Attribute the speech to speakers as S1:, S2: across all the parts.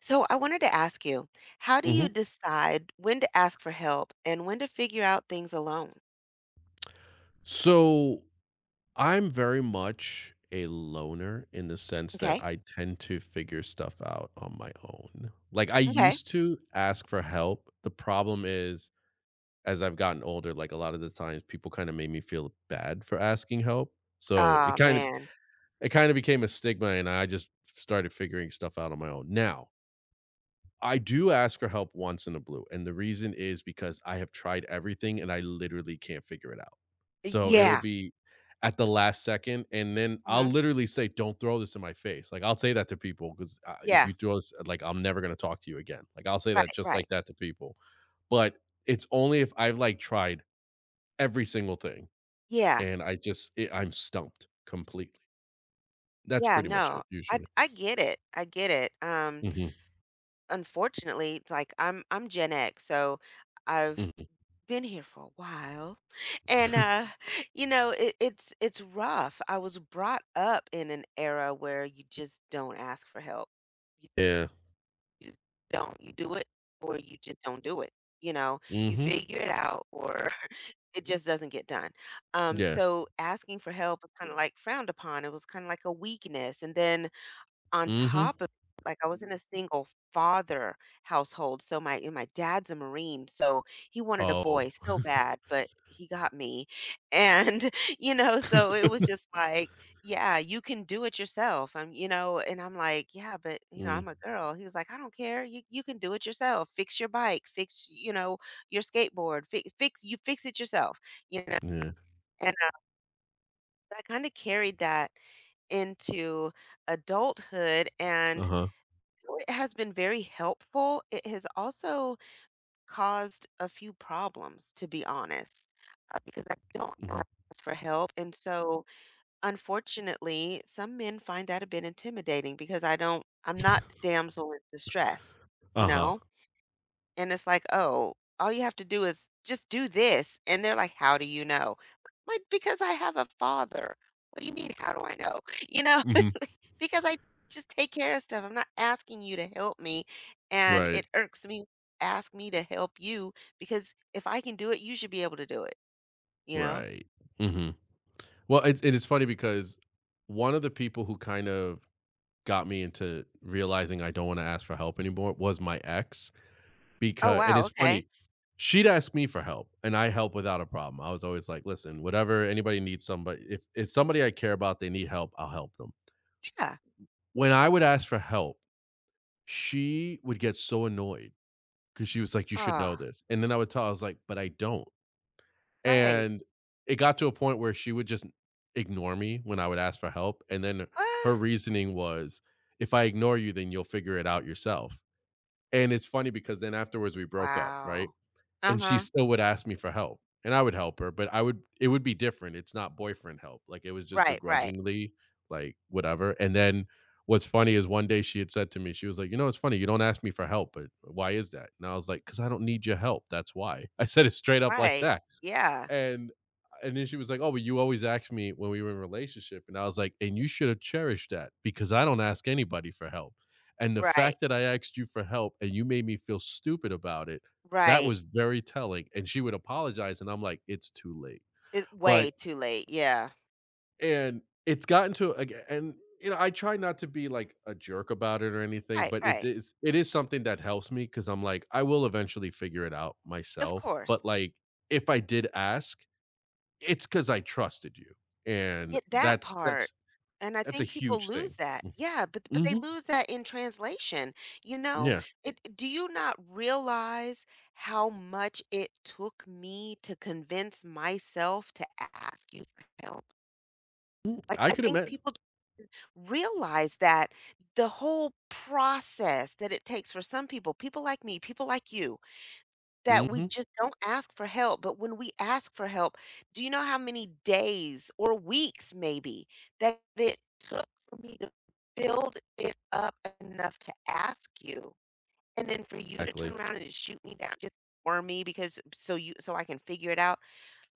S1: So I wanted to ask you, how do you
S2: Mhm.
S1: decide when to ask for help and when to figure out things alone?
S2: So, I'm very much a loner in the sense that
S1: Okay.
S2: I tend to figure stuff out on my own. Like, I
S1: Okay.
S2: used to ask for help. The problem is, as I've gotten older, like a lot of the times people kind of made me feel bad for asking help. So it
S1: Oh
S2: kind of
S1: man.
S2: it kind of became a stigma and I just started figuring stuff out on my own. Now, I do ask for help once in a blue, and the reason is because I have tried everything and I literally can't figure it out.
S1: Y-
S2: So it'll
S1: Yeah.
S2: be at the last second, and then
S1: Hmm.
S2: I'll literally say, "Don't throw this in my face." Like I'll say that to people because if
S1: Yeah.
S2: you throw this, like I'm never gonna talk to you again. Like I'll say that
S1: Right.
S2: just
S1: Right.
S2: like that to people, but it's only if I've like tried every single thing
S1: Yeah.
S2: and I'm stumped completely. That's
S1: Yeah.
S2: pretty much
S1: No.
S2: it
S1: I
S2: usually.
S1: I get it. I get it.
S2: Hmm
S1: Unfortunately, it's like I'm Gen X, so I've
S2: hmm
S1: been here for a while, and it's rough. I was brought up in an era where you just don't ask for help.
S2: Yeah.
S1: You just don't. You do it or you just don't do it. You know, you
S2: hmm
S1: figure it out, or it just doesn't get done. Um,
S2: Yeah.
S1: so asking for help was kind of like frowned upon. It was kind of like a weakness. And then on
S2: hmm
S1: top of like, I was in a single father household, so my and my dad's a Marine, so he wanted a boy
S2: Oh.
S1: so bad, but he got me. And, you know, so it was just like, "Yeah, you can do it yourself." And I'm like, "Yeah, but, you know,
S2: Mm,
S1: I'm a girl." He was like, "I don't care. You can do it yourself. Fix your bike, fix, you know, your skateboard, fix it yourself." You know,
S2: yeah.
S1: and I kind of carried that into adulthood and
S2: Uh-huh.
S1: though it has been very helpful, it has also caused a few problems, to be honest, because I don't
S2: Mhm.
S1: ask for help. And so, unfortunately, some men find that a bit intimidating because I'm not the damsel in distress, you
S2: Uh-huh.
S1: know? And it's like, oh, all you have to do is just do this. And they're like, how do you know? Like, because I have a father. What do you mean, how do I know? You know?
S2: Mhm.
S1: Because I just take care of stuff. I'm not asking you to help me, and
S2: Right.
S1: it irks me when you ask me to help you because if I can do it, you should be able to do it, you know?
S2: Right. Mhm. Well, it is funny because one of the people who kind of got me into realizing I don't wanna ask for help anymore was my ex.
S1: Oh,
S2: Because and
S1: wow,
S2: it's
S1: okay.
S2: funny, she'd ask me for help, and I help without a problem. I was always like, "Listen, whatever anybody needs somebody if it's somebody I care about, they need help, I'll help them."
S1: Yeah.
S2: When I would ask for help, she would get so annoyed because she was like, "You should
S1: Oh,
S2: know this." And then I would tell I was like, "But I don't."
S1: right.
S2: And it got to a point where she would just ignore me when I would ask for help, and then
S1: What?
S2: her reasoning was, "If I ignore you, then you'll figure it out yourself." And it's funny because then afterwards we broke up, right?
S1: Wow.
S2: And she
S1: Uh-huh.
S2: still would ask me for help, and I would help her, but I would it would be different. It's not boyfriend help, like, it was just
S1: Right, right,
S2: begrudgingly, like, whatever, and then what's funny is one day she had said to me, she was like, "You know, it's funny, you don't ask me for help, but why is that?" And I was like, "'Cause I don't need your help, that's why." I said it straight up like
S1: right.
S2: that.
S1: Yeah.
S2: And and then she was like, "Oh, but you always asked me when we were in a relationship." And I was like, "And you should have cherished that because I don't ask anybody for help." And the
S1: Right,
S2: fact that I asked you for help and you made me feel stupid about it, that
S1: right.
S2: was very telling. And she would apologize and I'm like, "It's too late."
S1: It way
S2: But
S1: too late. Yeah.
S2: and it's gotten to you know, I try not to be like a jerk about it or anything,
S1: Right,
S2: but
S1: right.
S2: it is something that helps me because 'cause I'm like, I will eventually figure it out
S1: Of
S2: myself,
S1: course.
S2: but, like, if I did ask it's because I trusted you, and
S1: Get that
S2: that's
S1: part,
S2: that's
S1: and I
S2: that's a
S1: think people
S2: huge
S1: lose
S2: thing.
S1: that. Yeah, but
S2: Mm
S1: they
S2: mhm,
S1: lose that in translation, you know?
S2: yeah,
S1: It do you not realize how much it took me to convince myself to ask you for help?
S2: mm,
S1: Like,
S2: I
S1: I
S2: could
S1: think
S2: admit
S1: people don't realize that the whole process that it takes for some people like me, people like you, that we
S2: mhm,
S1: just don't ask for help, but when we ask for help, do you know how many days or weeks maybe that it took for me to build it up enough to ask you, and then for you to turn
S2: exactly,
S1: around and shoot me down, just for me because so you so I can figure it out?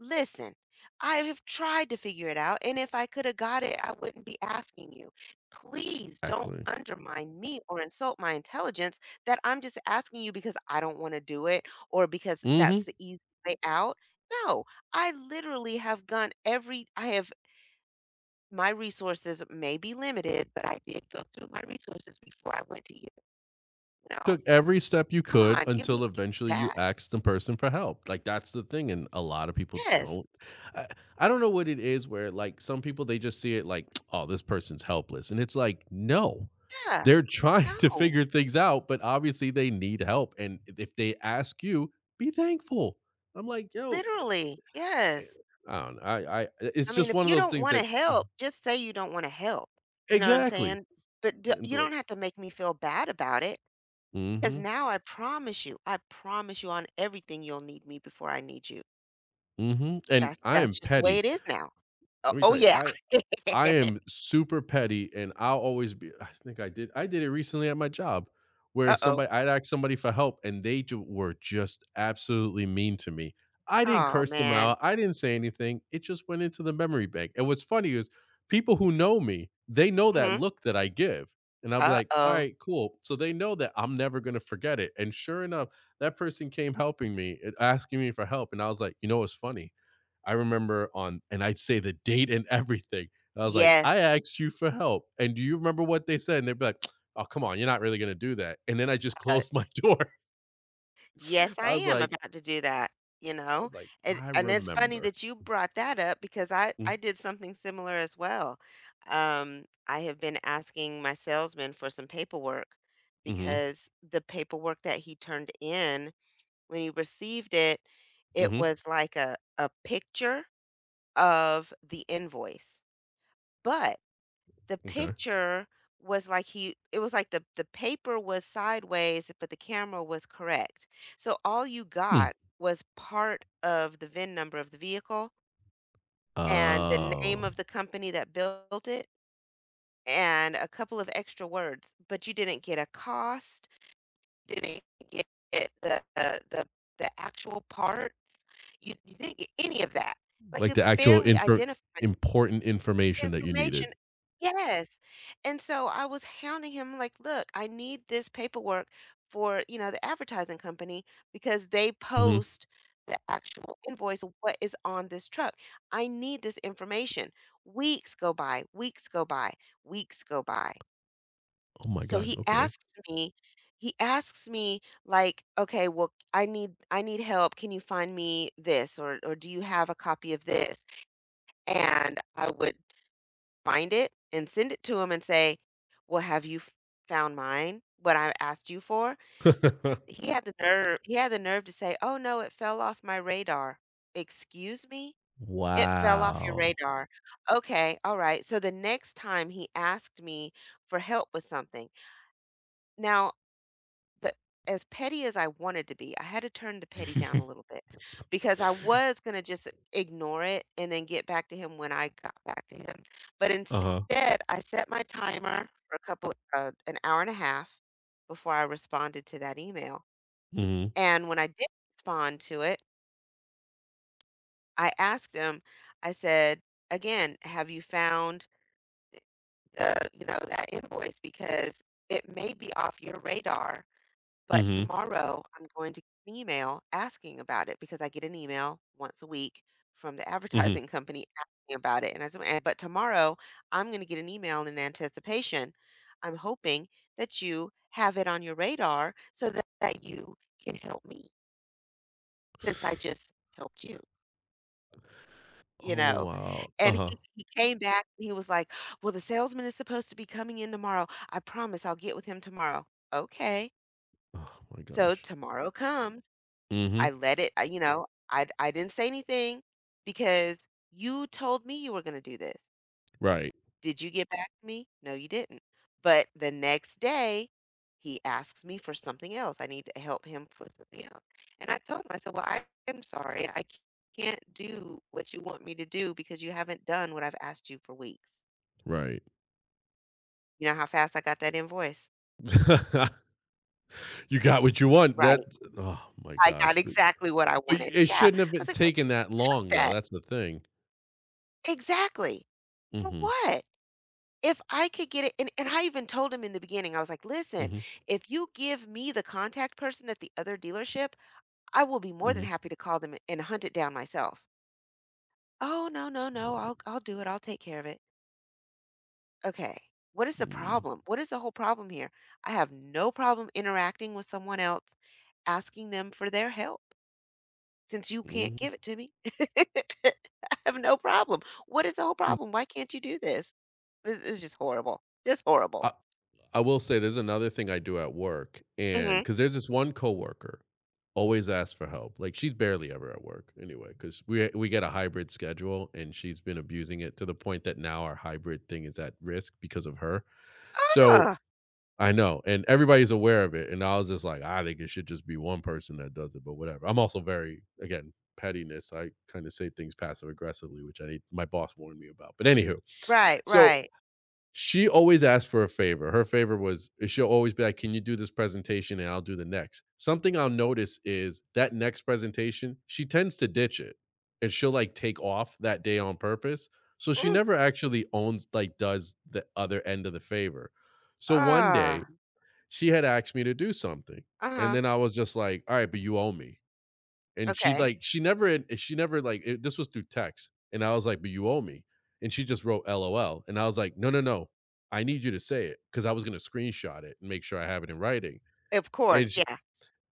S1: Listen, I have tried to figure it out, and if I could have got it, I wouldn't be asking you. Please don't
S2: exactly,
S1: undermine me or insult my intelligence that I'm just asking you because I don't want to do it or because that's
S2: mhm,
S1: the easy way out. No, I literally have gone every, I have, my resources may be limited, but I did go through my resources before I went to you. You know,
S2: took every step you
S1: come
S2: could
S1: on,
S2: until
S1: give me
S2: eventually you
S1: that.
S2: asked the person for help, like, that's the thing, and a lot of people
S1: Yes.
S2: don't. I I don't know what it is where, like, some people, they just see it like, "Oh, this person's helpless," and it's like, "No,
S1: Yeah.
S2: they're trying to
S1: No,
S2: figure things out, but obviously they need help, and if they ask you, be thankful." I'm like, "Yo."
S1: literally.
S2: Eh,
S1: Yes.
S2: I don't know, I it's
S1: I mean,
S2: just
S1: if
S2: one of
S1: you
S2: those
S1: don't
S2: things
S1: wanna
S2: that
S1: help, just say you don't wanna help, you know what I'm
S2: exactly,
S1: saying? But d
S2: and
S1: you
S2: be like,
S1: don't have to make me feel bad about it, because
S2: Mm.
S1: now I promise you on everything you'll need me before I need you.
S2: Hmm. And
S1: That's
S2: I am
S1: that's just the way it
S2: petty.
S1: is now. Oh
S2: Let me
S1: oh,
S2: tell you,
S1: yeah.
S2: I am super petty and I'll always be I did it recently at my job where
S1: Uh-oh. Oh.
S2: somebody I'd asked somebody for help and they ju were just absolutely mean to me. I didn't
S1: Oh
S2: curse them
S1: man.
S2: out, I didn't say anything, it just went into the memory bank, and what's funny is people who know me, they know that
S1: Mhm.
S2: look that I give, and I'll be like,
S1: Uh-oh.
S2: "Alright, cool." So they know that I'm never gonna forget it, and sure enough, that person came helping me and asking me for help, and I was like, "You know what's funny? I remember on" and I'd say the date and everything. I was like, "I
S1: Yes.
S2: asked you for help, and do you remember what they said?" And they'd be like, "Oh, come on, you're not really gonna do that." And then I just
S1: Uh.
S2: closed my door.
S1: Yes, I
S2: I was
S1: am
S2: like
S1: about to do that, you
S2: I
S1: know?
S2: was like, "I
S1: And it's funny
S2: remember."
S1: that you brought that up because I
S2: Mm,
S1: did something similar as well. I have been asking my salesman for some paperwork
S2: mhm,
S1: because the paperwork that he turned in when he received it, it
S2: mhm,
S1: was like a picture of the invoice. But the
S2: okay.
S1: picture was like he it was like the paper was sideways, but the camera was correct. So all you
S2: Hmm.
S1: got was part of the VIN number of the vehicle and the name
S2: Oh,
S1: of the company that built it and a couple of extra words, but you didn't get a cost, didn't get the the the, the actual parts. You didn't get any of that. Like
S2: like
S1: it
S2: the actual
S1: barely
S2: info,
S1: identified
S2: important information that you needed.
S1: information. Yes. And so I was hounding him like, "Look, I need this paperwork for, you know, the advertising company because they
S2: Mhm.
S1: post the actual invoice of what is on this truck. I need this information." Weeks go by, weeks go by, weeks go by.
S2: Oh my
S1: So
S2: god, okay.
S1: he asks me like, "Okay, well, I need help. Can you find me this, or do you have a copy of this?" And I would find it and send it to him and say, "Well, have you f found mine? What I asked you for?" He had the nerve to say, "Oh, no, it fell off my radar." "Excuse me? It fell off your
S2: Wow.
S1: radar. Okay, alright." So the next time he asked me for help with something now the as petty as I wanted to be, I had to turn the petty down a little bit because I was going to just ignore it and then get back to him when I got back to him. But
S2: Uh-huh.
S1: instead, I set my timer for a couple an hour and a half before I responded to that email.
S2: Mhm,
S1: And when I did respond to it, I asked him, I said, "Again, have you found the, you know, that invoice because it may be off your radar. But
S2: mhm,
S1: tomorrow, I'm going to get an email asking about it because I get an email once a week from the
S2: mhm.
S1: advertising company asking about it." And I said, "Eh, but tomorrow, I'm going to get an email in anticipation. I'm hoping that you have it on your radar so that, you can help me since I just helped you, you
S2: Oh,
S1: know."
S2: wow.
S1: And
S2: Uh-huh.
S1: he came back and he was like, "Well, the salesman is supposed to be coming in tomorrow. I promise I'll get with him tomorrow." Okay.
S2: Oh my
S1: So
S2: gosh.
S1: tomorrow comes.
S2: Mhm.
S1: I let it I you Yeah. know, I didn't say anything because you told me you were gonna do this.
S2: Right,
S1: Did you get back to me? No, you didn't. But the next day, he asks me for something else. I need to help him for something else. And I told him, I said, "Well, I am sorry. I can't do what you want me to do because you haven't done what I've asked you for weeks."
S2: right.
S1: You know how fast I got that invoice?
S2: You got what you want.
S1: Right.
S2: That Oh my
S1: I got
S2: gosh,
S1: exactly what I
S2: but
S1: wanted.
S2: it
S1: Yeah. I
S2: shouldn't have been
S1: was like, "But you
S2: taken that long,
S1: did
S2: though,
S1: that."
S2: that's the thing.
S1: Exactly. For
S2: Mhm,
S1: what? If I could get it, and I even told him in the beginning, I was like, "Listen,
S2: mhm,
S1: if you give me the contact person at the other dealership, I will be more than
S2: mhm.
S1: happy to call them and hunt it down myself." "Oh, no.
S2: Wow.
S1: I'll do it. I'll take care of it." Okay. What is the
S2: Mm,
S1: problem? What is the whole problem here? I have no problem interacting with someone else, asking them for their help since you can't
S2: mhm.
S1: give it to me. I have no problem. What is the whole
S2: Mm,
S1: problem? Why can't you do this? This is just horrible. Just horrible.
S2: I will say there's another thing I do at work, and because there's this one coworker, always asks for help. Like, she's barely ever at work anyway. Because we get a hybrid schedule, and she's been abusing it to the point that now our hybrid thing is at risk because of her. So
S1: Mhm.
S2: I know, and everybody's aware of it, and I was just like, "I think it should just be one person that does it," but whatever. I'm also very again, pettiness, I kinda say things passive aggressively, which I need my boss warned me about. But anywho,
S1: Right,
S2: so
S1: right.
S2: she always asked for a favor. Her favor was she'll always be like, "Can you do this presentation and I'll do the next." Something I'll notice is that next presentation, she tends to ditch it and she'll like take off that day on purpose. So she
S1: Mm,
S2: never actually owns like does the other end of the favor. So one day
S1: ah,
S2: she had asked me to do something and
S1: uh-huh,
S2: then I was just like, "All right, but you owe me." And
S1: okay.
S2: she never like it, this was through text and I was like, "But you owe me." And she just wrote lol and I was like, "No, no, no, I need you to say it," because I was going to screenshot it and make sure I have it in writing.
S1: Of course,
S2: And
S1: yeah,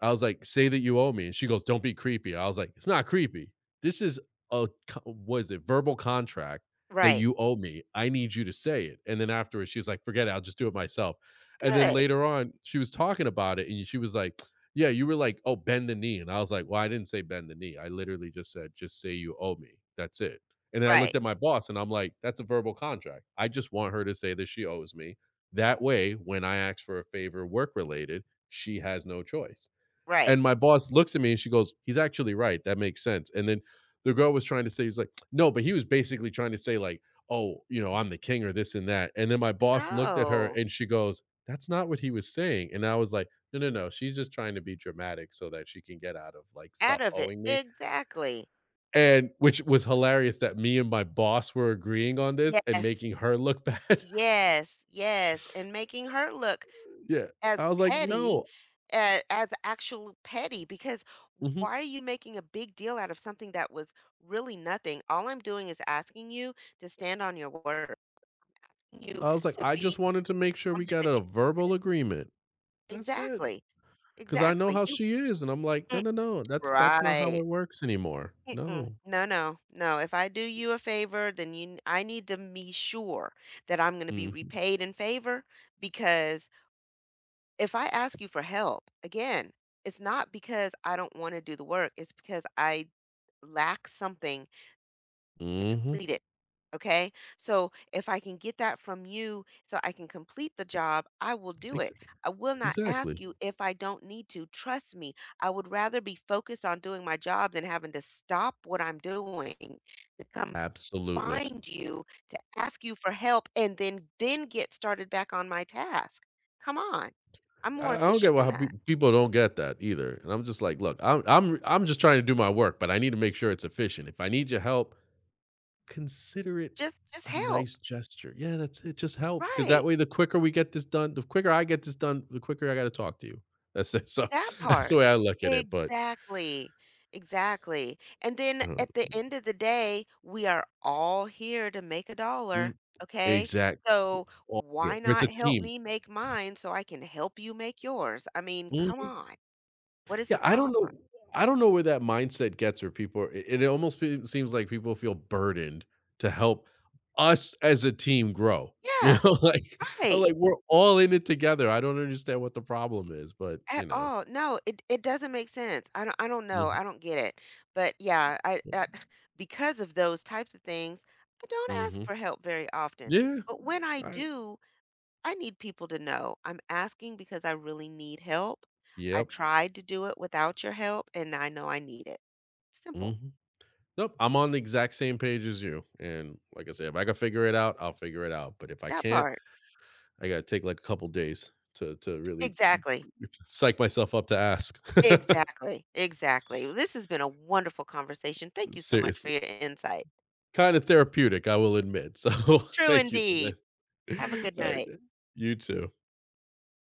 S2: I was like, "Say that you owe me." And she goes, "Don't be creepy." I was like, "It's not creepy. This is a, what is it, verbal contract that
S1: right.
S2: you owe me. I need you to say it." And then afterwards, she's like, "Forget it. I'll just do it myself." And then
S1: Good,
S2: later on, she was talking about it and she was like, "Yeah, you were like, oh, bend the knee." And I was like, "Well, I didn't say bend the knee. I literally just said, just say you owe me. That's it." And then I
S1: right,
S2: looked at my boss and I'm like, "That's a verbal contract. I just want her to say that she owes me. That way, when I ask for a favor work related, she has no choice."
S1: right.
S2: And my boss looks at me and she goes, "He's actually right. That makes sense." And then the girl was trying to say, "He's like, no," but he was basically trying to say, like, "Oh, you know, I'm the king or this and that." And then my boss looked at her
S1: No,
S2: and she goes, "That's not what he was saying." And I was like, "No, no, no. She's just trying to be dramatic so that she can get out of like
S1: out
S2: stuff
S1: of it.
S2: owing me."
S1: Exactly.
S2: And which was hilarious that me and my boss were agreeing on this and
S1: Yes,
S2: making her look bad.
S1: yes, yes, and making her look
S2: yeah.
S1: as
S2: I was like,
S1: petty,
S2: "No."
S1: a as actual petty, because
S2: Mhm.
S1: why are you making a big deal out of something that was really nothing? All I'm doing is asking you to stand on your word, asking you
S2: I was like,
S1: to
S2: "I
S1: be
S2: just wanted to
S1: the
S2: make sure we
S1: woman
S2: got
S1: that
S2: a
S1: you
S2: verbal
S1: present.
S2: agreement. That's it.
S1: Exactly.
S2: 'Cause I know
S1: Exactly,
S2: how
S1: you.
S2: she is, and I'm like, no,
S1: Mm.
S2: no, no, that's not how
S1: Right.
S2: it works anymore.
S1: Mm-mm.
S2: No."
S1: No, if I do you a favor, then you n- I need to be sure that I'm gonna be
S2: Mhm.
S1: repaid in favor, because if I ask you for help, again, it's not because I don't wanna do the work, it's because I lack something
S2: Mhm.
S1: complete it. Okay. So if I can get that from you so I can complete the job, I will do it.
S2: Exa
S1: I will not ask
S2: exactly.
S1: you if I don't need to. Trust me, I would rather be focused on doing my job than having to stop what I'm doing to come
S2: Absolutely.
S1: find you to ask you for help and then get started back on my task. Come on. I'm more
S2: I don't
S1: efficient
S2: get
S1: than
S2: why pe
S1: that.
S2: people don't get that either, and I'm just like, "Look, I'm I'm just trying to do my work, but I need to make sure it's efficient. If I need your help, consider it
S1: Just
S2: a
S1: help.
S2: nice gesture." Yeah, that's it, just help, because that
S1: Right.
S2: way the quicker I get this done, the quicker I gotta talk to you. That's it, so
S1: That
S2: that's the
S1: part.
S2: way I look at it, but,
S1: Exactly. Exactly. And then
S2: uh,
S1: at the end of the day, we are all here to make a
S2: mm
S1: dollar. Okay.
S2: exactly. We're
S1: So
S2: all
S1: why
S2: here. It's
S1: not
S2: a
S1: help
S2: team.
S1: me make mine so I can help you make yours? I mean, come
S2: Mhm.
S1: on. What is the
S2: Yeah,
S1: problem?
S2: I don't know where that mindset gets where people it almost fee seems like people feel burdened to help us as a team grow. You
S1: Yeah,
S2: know, like I'm
S1: right.
S2: like, we're all in it together. I don't understand what the problem is, but,
S1: At
S2: you know.
S1: all. No, it doesn't make sense. I don't know.
S2: Mhm.
S1: I don't get it. But yeah, I because of those types of things, I don't ask
S2: Mhm.
S1: for help very often.
S2: Yeah.
S1: But when I
S2: I.
S1: do, I need people to know. I'm asking because I really need help. I
S2: Yep.
S1: tried to do it without your help, and I know I need it. Simple.
S2: Mhm. Nope, I'm on the exact same page as you, and like I said, if I can figure it out, I'll figure it out, but if I
S1: That
S2: can't,
S1: part.
S2: I gotta take, like, a couple days to really
S1: Exactly.
S2: psych myself up to ask.
S1: Exactly. Exactly. This has been a wonderful conversation. Thank you so much for
S2: Seriously,
S1: your insight.
S2: kind of therapeutic, I will admit. So
S1: True
S2: thank you for
S1: indeed.
S2: this.
S1: Have a good
S2: All right,
S1: night.
S2: you too.